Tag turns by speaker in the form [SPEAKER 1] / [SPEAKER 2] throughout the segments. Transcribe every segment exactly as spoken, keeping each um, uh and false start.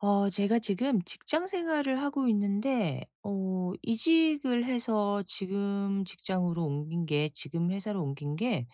[SPEAKER 1] 어 제가 지금 직장 생활을 하고 있는데 어 이직을 해서 지금 직장으로 옮긴 게 지금 회사로 옮긴 게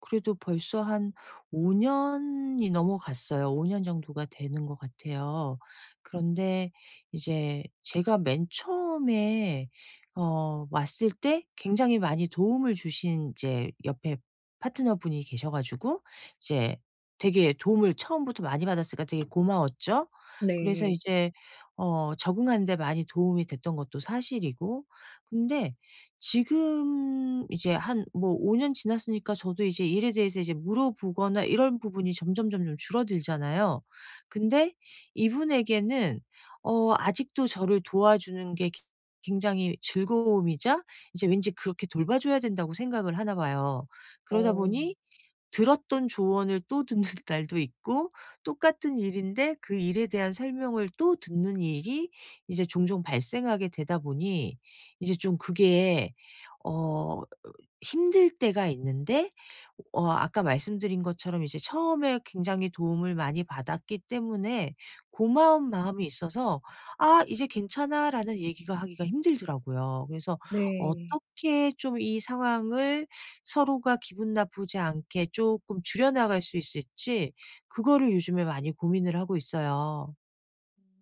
[SPEAKER 1] 그래도 벌써 한 5 년이 넘어갔어요. 오 년 정도가 되는 것 같아요. 그런데 이제 제가 맨 처음에 어 왔을 때 굉장히 많이 도움을 주신, 이제 옆에 파트너분이 계셔 가지고, 이제 되게 도움을 처음부터 많이 받았으니까 되게 고마웠죠. 그래서
[SPEAKER 2] 네.
[SPEAKER 1] 이제 어 적응하는 데 많이 도움이 됐던 것도 사실이고, 근데 지금 이제 한 뭐 오 년 지났으니까 저도 이제 일에 대해서 이제 물어보거나 이런 부분이 점점점점 줄어들잖아요. 근데 이분에게는 어 아직도 저를 도와주는 게, 기 굉장히 즐거움이자 이제 왠지 그렇게 돌봐줘야 된다고 생각을 하나 봐요. 그러다
[SPEAKER 2] 어.
[SPEAKER 1] 보니 들었던 조언을 또 듣는 날도 있고, 똑같은 일인데 그 일에 대한 설명을 또 듣는 일이 이제 종종 발생하게 되다 보니 이제 좀 그게 어 힘들 때가 있는데, 어 아까 말씀드린 것처럼 이제 처음에 굉장히 도움을 많이 받았기 때문에 고마운 마음이 있어서 '아, 이제 괜찮아.'라는 얘기가, 하기가 힘들더라고요. 그래서
[SPEAKER 2] 네.
[SPEAKER 1] 어떻게 좀 이 상황을 서로가 기분 나쁘지 않게 쪼끔 줄여나갈 수 있을지, 그거를 요즘에 많이 고민을 하고 있어요.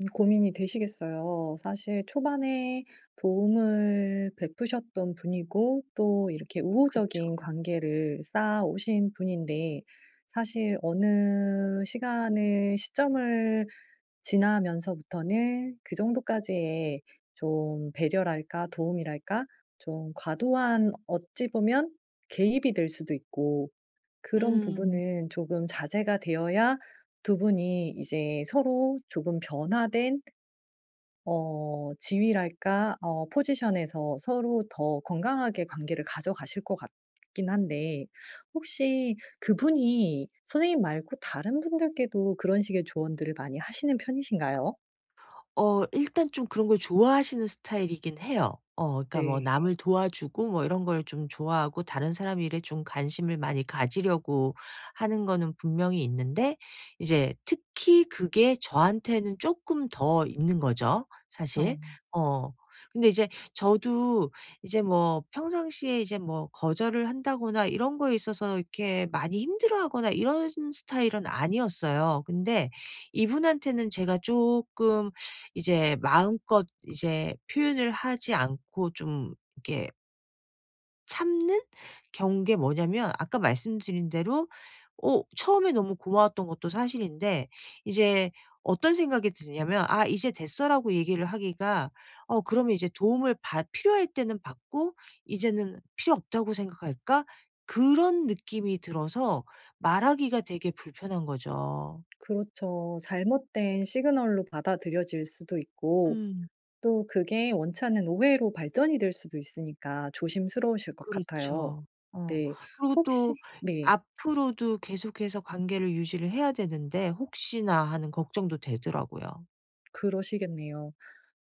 [SPEAKER 2] 음 고민이 되시겠어요. 사실 초반에 도움을 베푸셨던 분이고, 또 이렇게
[SPEAKER 1] 그쵸.
[SPEAKER 2] 우호적인 관계를 쌓아오신 분인데, 사실 어느 시간을 시점을 지나면서부터는 그 정도까지의 좀 배려랄까 도움이랄까, 좀 과도한, 어찌 보면 개입이 될 수도 있고, 그런
[SPEAKER 1] 음.
[SPEAKER 2] 부분은 조금 자제가 되어야 두 분이 이제 서로 조금 변화된 어 지위랄까 어 포지션에서 서로 더 건강하게 관계를 가져가실 것 같긴 한데, 혹시 그분이 선생님 말고 다른 분들께도 그런 식의 조언들을 많이 하시는 편이신가요?
[SPEAKER 1] 어 일단 좀 그런 걸 좋아하시는 스타일이긴 해요. 어 그러니까 뭐
[SPEAKER 2] 네.
[SPEAKER 1] 남을 도와주고 뭐 이런 걸 좀 좋아하고 다른 사람 일에 좀 관심을 많이 가지려고 하는 거는 분명히 있는데, 이제 특히 그게 저한테는 쪼끔 더 있는 거죠, 사실.
[SPEAKER 2] 어
[SPEAKER 1] 어. 근데 이제 저도 이제 뭐 평상시에 이제 뭐 거절을 한다거나 이런 거에 있어서 이렇게 많이 힘들어하거나 이런 스타일은 아니었어요. 근데 이분한테는 제가 쪼끔 이제 마음껏 이제 표현을 하지 않고 좀 이렇게 참는 경우 게 뭐냐면, 아까 말씀드린 대로 어 처음에 너무 고마웠던 것도 사실인데, 이제 어떤 생각이 드냐면 '아, 이제 됐어.'라고 얘기를 하기가, 어 그러면 이제 도움을 받 필요할 때는 받고 '이제는 필요 없다고 생각할까?' 그런 느낌이 들어서 말하기가 되게 불편한 거죠.
[SPEAKER 2] 그렇죠. 잘못된 시그널로 받아들여질 수도 있고,
[SPEAKER 1] 음.
[SPEAKER 2] 또 그게 원치 않는 오해로 발전이 될 수도 있으니까 조심스러우실 것 같아요.
[SPEAKER 1] 그렇죠. 어.
[SPEAKER 2] 네.
[SPEAKER 1] 그리고 음.
[SPEAKER 2] 혹시.
[SPEAKER 1] 또
[SPEAKER 2] 네.
[SPEAKER 1] 앞으로도 계속해서 관계를 유지를 해야 되는데 혹시나 하는 걱정도 되더라고요.
[SPEAKER 2] 그러시겠네요.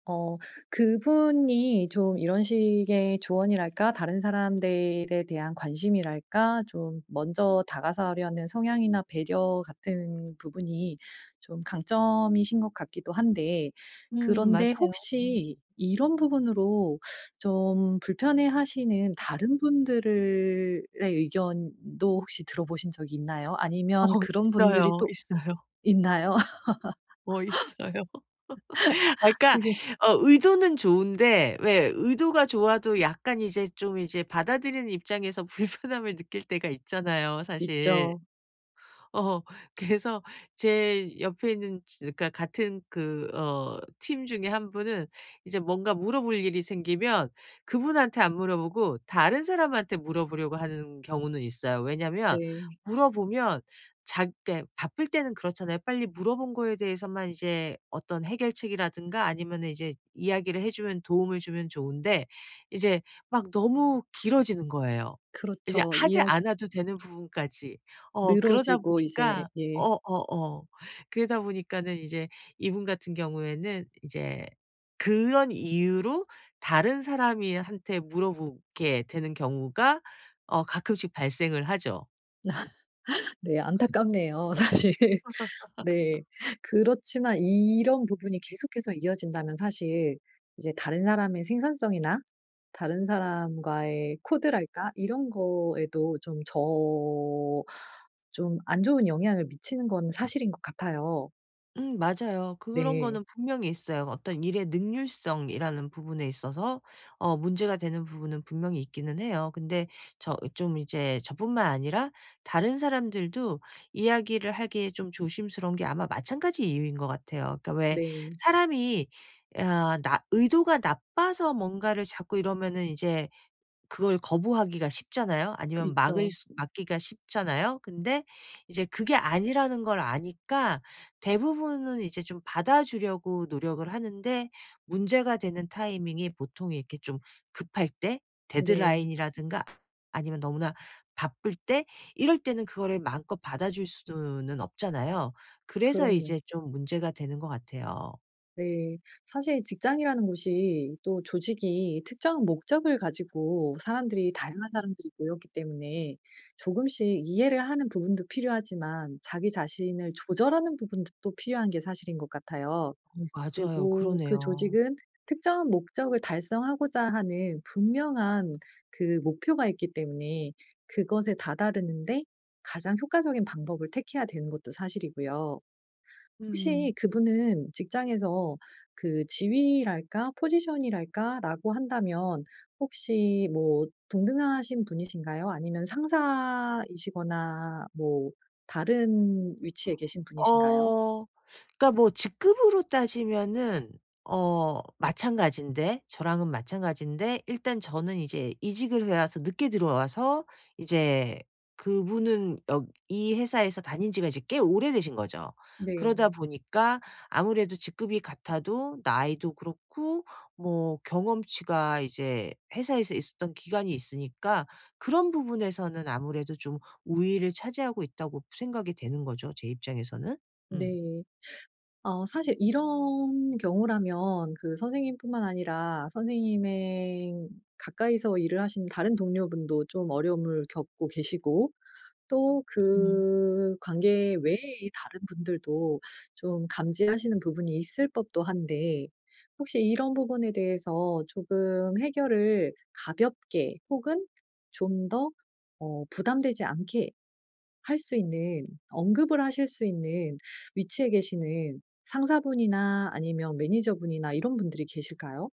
[SPEAKER 2] 어 그분이 좀 이런 식의 조언이랄까 다른 사람들에 대한 관심이랄까 좀 먼저 다가서려는 성향이나 배려 같은 부분이 좀 강점이신 것 같기도 한데,
[SPEAKER 1] 음,
[SPEAKER 2] 그런데
[SPEAKER 1] 맞아요. 음.
[SPEAKER 2] 혹시 이런 부분으로 좀 불편해하시는 다른 분들의 의견도 혹시 들어보신 적이 있나요?
[SPEAKER 1] 어
[SPEAKER 2] 아니면 그런 분들이
[SPEAKER 1] 있어요,
[SPEAKER 2] 또
[SPEAKER 1] 있어요.
[SPEAKER 2] 있나요?
[SPEAKER 1] 어 있어요. 아, 그러니까
[SPEAKER 2] 그게.
[SPEAKER 1] 어 의도는 좋은데, 왜 의도가 좋아도 약간 이제 좀 이제 받아들이는 입장에서 불편함을 느낄 때가 있잖아요, 사실.
[SPEAKER 2] 있죠.
[SPEAKER 1] 어 그래서 제 옆에 있는 지, 그러니까 같은 그 어 팀 중에 한 분은 이제 뭔가 물어볼 일이 생기면 그분한테 안 물어보고 다른 사람한테 물어보려고 하는 경우는 있어요. 왜냐면
[SPEAKER 2] 네.
[SPEAKER 1] 물어보면, 자 때 바쁠 때는 그렇잖아요. 빨리 물어본 거에 대해서만 이제 어떤 해결책이라든가 아니면 이제 이야기를 해 주면, 도움을 주면 좋은데 이제 막 너무 길어지는 거예요. 이제
[SPEAKER 2] 그렇죠.
[SPEAKER 1] 하지
[SPEAKER 2] 이야기.
[SPEAKER 1] 않아도 되는 부분까지. 어 그러다
[SPEAKER 2] 늘어지고 이제.
[SPEAKER 1] 보니까
[SPEAKER 2] 예.
[SPEAKER 1] 어어어. 그러다 보니까는 이제 이분 같은 경우에는 이제 그런 이유로 다른 사람이 한테 물어보게 되는 경우가 어 가끔씩 발생을 하죠.
[SPEAKER 2] 네, 안타깝네요 사실. 네. 그렇지만 이런 부분이 계속해서 이어진다면 사실 이제 다른 사람의 생산성이나 다른 사람과의 코드랄까, 이런 거에도 좀 저 좀 안 좋은 영향을 미치는 건 사실인 것 같아요.
[SPEAKER 1] 음, 맞아요. 그런
[SPEAKER 2] 네.
[SPEAKER 1] 거는 분명히 있어요. 어떤 일의 능률성이라는 부분에 있어서 어 문제가 되는 부분은 분명히 있기는 해요. 근데 저 좀 이제, 저뿐만 아니라 다른 사람들도 이야기를 하기에 좀 조심스러운 게 아마 마찬가지 이유인 것 같아요. 그러니까 왜,
[SPEAKER 2] 네.
[SPEAKER 1] 사람이 아, 나 의도가 나빠서 뭔가를 자꾸 이러면은 이제 그걸 거부하기가 쉽잖아요.
[SPEAKER 2] 그.
[SPEAKER 1] 아니면 막을
[SPEAKER 2] 있죠.
[SPEAKER 1] 수, 막기가 쉽잖아요. 근데 이제 그게 아니라는 걸 아니까 대부분은 이제 좀 받아주려고 노력을 하는데, 문제가 되는 타이밍이 보통 이렇게 좀 급할 때,
[SPEAKER 2] 네.
[SPEAKER 1] 데드라인이라든가 아니면 너무나 바쁠 때, 이럴 때는 그거를 마음껏 받아줄 수는 없잖아요. 그래서
[SPEAKER 2] 그럼요.
[SPEAKER 1] 이제 좀 문제가 되는 것 같아요.
[SPEAKER 2] 네. 사실 직장이라는 곳이, 또 조직이 특정 목적을 가지고 사람들이, 다양한 사람들이 모였기 때문에 조금씩 이해를 하는 부분도 필요하지만, 자기 자신을 조절하는 부분도 또 필요한 게 사실인 것 같아요.
[SPEAKER 1] 어 맞아요.
[SPEAKER 2] 그리고 그
[SPEAKER 1] 그러네요.
[SPEAKER 2] 조직은 특정 목적을 달성하고자 하는 분명한 그 목표가 있기 때문에 그것에 다다르는데 가장 효과적인 방법을 택해야 되는 것도 사실이고요. 혹시
[SPEAKER 1] 음.
[SPEAKER 2] 그분은 직장에서 그 지위랄까 포지션이랄까라고 한다면, 혹시 뭐 동등하신 분이신가요? 아니면 상사이시거나 뭐 다른 위치에 계신 분이신가요?
[SPEAKER 1] 어. 그러니까 뭐 직급으로 따지면은 어 마찬가지인데, 저랑은 마찬가지인데 일단 저는 이제 이직을 해 와서 늦게 들어와서, 이제 그분은 여 이 회사에서 다닌 지가 이제 꽤 오래되신 거죠. 그러다
[SPEAKER 2] 네.
[SPEAKER 1] 보니까 아무래도 직급이 같아도 나이도 그렇고 뭐 경험치가, 이제 회사에서 있었던 기간이 있으니까 그런 부분에서는 아무래도 좀 우위를 차지하고 있다고 생각이 되는 거죠, 제 입장에서는. 음.
[SPEAKER 2] 네. 어 사실 이런 경우라면 그 선생님뿐만 아니라 선생님의 가까이서 일을 하신 다른 동료분도 좀 어려움을 겪고 계시고, 또 그 관계 외에 다른 분들도 좀 감지하시는 부분이 있을 법도 한데, 혹시 이런 부분에 대해서 조금 해결을 가볍게, 혹은 좀 더 어 부담되지 않게 할 수 있는, 언급을 하실 수 있는 위치에 계시는 상사분이나, 아니면 매니저분이나 이런 분들이 계실까요?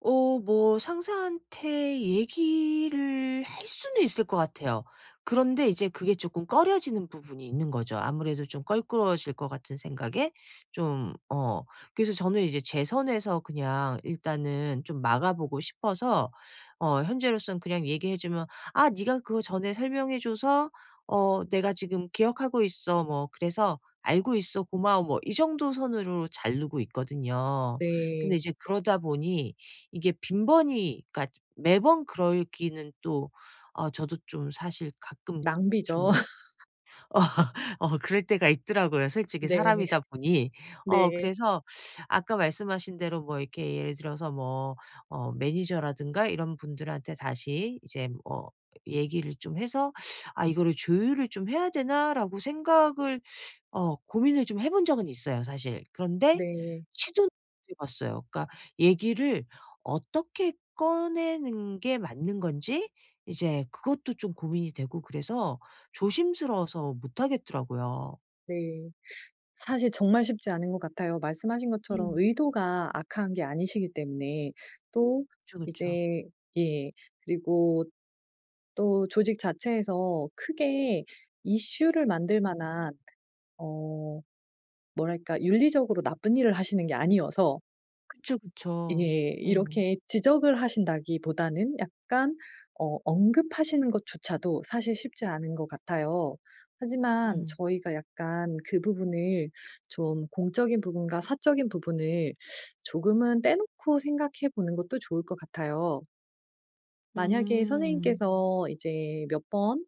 [SPEAKER 1] 어 뭐 상사한테 얘기를 할 수는 있을 것 같아요. 그런데 이제 그게 조금 꺼려지는 부분이 있는 거죠. 아무래도 좀 껄끄러워질 것 같은 생각에 좀, 어 그래서 저는 이제 제 선에서 그냥 일단은 좀 막아 보고 싶어서, 어 현재로서는 그냥 얘기해 주면 "아, 네가 그거 전에 설명해 줘서 어 내가 지금 기억하고 있어. 뭐, 그래서 알고 있어. 고마워.", 뭐 이 정도 선으로 자르고 있거든요. 근데
[SPEAKER 2] 네.
[SPEAKER 1] 이제 그러다 보니 이게 빈번히, 그러니까 매번 그러기는 또, 아 저도 좀 사실 가끔
[SPEAKER 2] 낭비죠.
[SPEAKER 1] 좀 어 어 그럴 때가 있더라고요, 솔직히
[SPEAKER 2] 네.
[SPEAKER 1] 사람이다 보니. 어
[SPEAKER 2] 네.
[SPEAKER 1] 그래서 아까 말씀하신 대로 뭐 이렇게 예를 들어서 뭐 어 매니저라든가 이런 분들한테 다시 이제 뭐 얘기를 좀 해서 '아, 이거를 조율을 좀 해야 되나?'라고 생각을 어 고민을 좀 해본 적은 있어요, 사실. 그런데
[SPEAKER 2] 네.
[SPEAKER 1] 시도는 못해 봤어요. 그러니까 얘기를 어떻게 꺼내는 게 맞는 건지, 이제 그것도 좀 고민이 되고 그래서 조심스러워서 못 하겠더라고요.
[SPEAKER 2] 네. 사실 정말 쉽지 않은 것 같아요. 말씀하신 것처럼
[SPEAKER 1] 음.
[SPEAKER 2] 의도가 악한 게 아니시기 때문에. 또
[SPEAKER 1] 그쵸, 그쵸.
[SPEAKER 2] 이제. 예. 그리고 또 조직 자체에서 크게 이슈를 만들 만한, 어 뭐랄까, 윤리적으로 나쁜 일을 하시는 게 아니어서.
[SPEAKER 1] 그쵸,
[SPEAKER 2] 예.
[SPEAKER 1] 그쵸. 어.
[SPEAKER 2] 이렇게 지적을 하신다기보다는 약간 어 언급하시는 것조차도 사실 쉽지 않은 것 같아요. 하지만
[SPEAKER 1] 음.
[SPEAKER 2] 저희가 약간 그 부분을 좀 공적인 부분과 사적인 부분을 조금은 떼놓고 생각해 보는 것도 좋을 것 같아요. 만약에
[SPEAKER 1] 음.
[SPEAKER 2] 선생님께서 이제 몇 번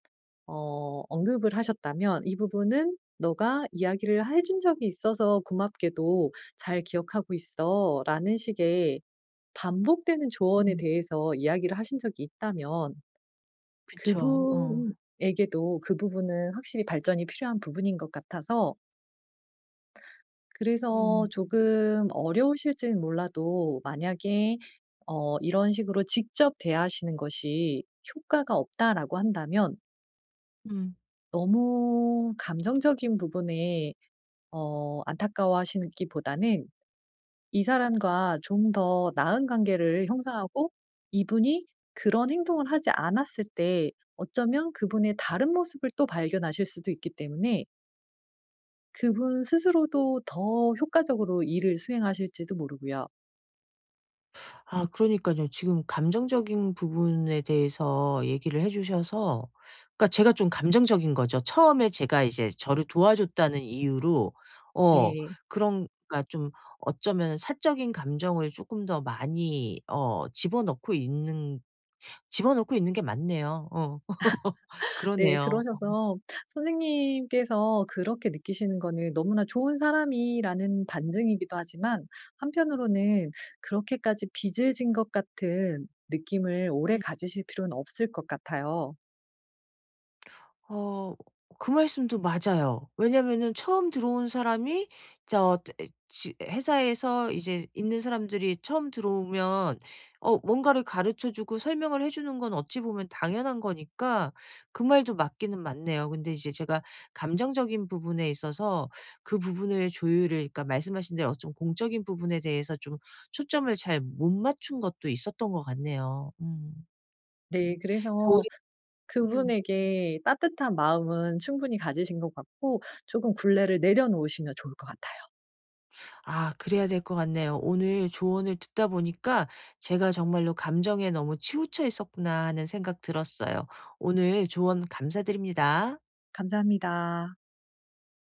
[SPEAKER 2] 어 언급을 하셨다면, 이 부분은 "너가 이야기를 해준 적이 있어서 고맙게도 잘 기억하고 있어."라는 식의 반복되는 조언에
[SPEAKER 1] 음.
[SPEAKER 2] 대해서 이야기를 하신 적이 있다면
[SPEAKER 1] 그쵸. 어.
[SPEAKER 2] 그분에게도 그 부분은 확실히 발전이 필요한 부분인 것 같아서, 그래서
[SPEAKER 1] 음.
[SPEAKER 2] 조금 어려우실지는 몰라도, 만약에 어 이런 식으로 직접 대하시는 것이 효과가 없다라고 한다면
[SPEAKER 1] 음.
[SPEAKER 2] 너무 감정적인 부분에 어 안타까워하시기보다는 이 사람과 좀 더 나은 관계를 형성하고, 이분이 그런 행동을 하지 않았을 때 어쩌면 그분의 다른 모습을 또 발견하실 수도 있기 때문에 그분 스스로도 더 효과적으로 일을 수행하실지도 모르고요.
[SPEAKER 1] 아, 그러니까요 지금 감정적인 부분에 대해서 얘기를 해 주셔서, 그러니까 제가 좀 감정적인 거죠. 처음에 제가 이제 저를 도와줬다는 이유로 어
[SPEAKER 2] 네.
[SPEAKER 1] 그런, 그러니까 좀 어쩌면 사적인 감정을 조금 더 많이 어 집어넣고 있는 집어넣고 있는 게 맞네요. 어.
[SPEAKER 2] 네,
[SPEAKER 1] 그러네요.
[SPEAKER 2] 그러셔서 선생님께서 그렇게 느끼시는 거는 너무나 좋은 사람이라는 반증이기도 하지만, 한편으로는 그렇게까지 빚을 진 것 같은 느낌을 오래
[SPEAKER 1] 음.
[SPEAKER 2] 가지실 필요는 없을 것 같아요.
[SPEAKER 1] 어 그 말씀도 맞아요. 왜냐면은 처음 들어온 사람이, 저 에 지 회사에서 이제 있는 사람들이 처음 들어오면 어 뭔가를 가르쳐 주고 설명을 해 주는 건 어찌 보면 당연한 거니까 그 말도 맞기는 맞네요. 근데 이제 제가 감정적인 부분에 있어서 그 부분의 조율을, 그러니까 말씀하신 대로 좀 공적인 부분에 대해서 좀 초점을 잘 못 맞춘 것도 있었던 것 같네요. 음.
[SPEAKER 2] 네,
[SPEAKER 1] 음. 그래서 오히
[SPEAKER 2] 그래서
[SPEAKER 1] 음.
[SPEAKER 2] 그분에게 따뜻한 마음은 충분히 가지신 것 같고, 조금 굴레를 내려놓으시면 좋을 것 같아요.
[SPEAKER 1] 아, 그래야 될 것 같네요. 오늘 조언을 듣다 보니까 '제가 정말로 감정에 너무 치우쳐 있었구나.' 하는 생각 들었어요. 오늘 조언 감사드립니다.
[SPEAKER 2] 감사합니다.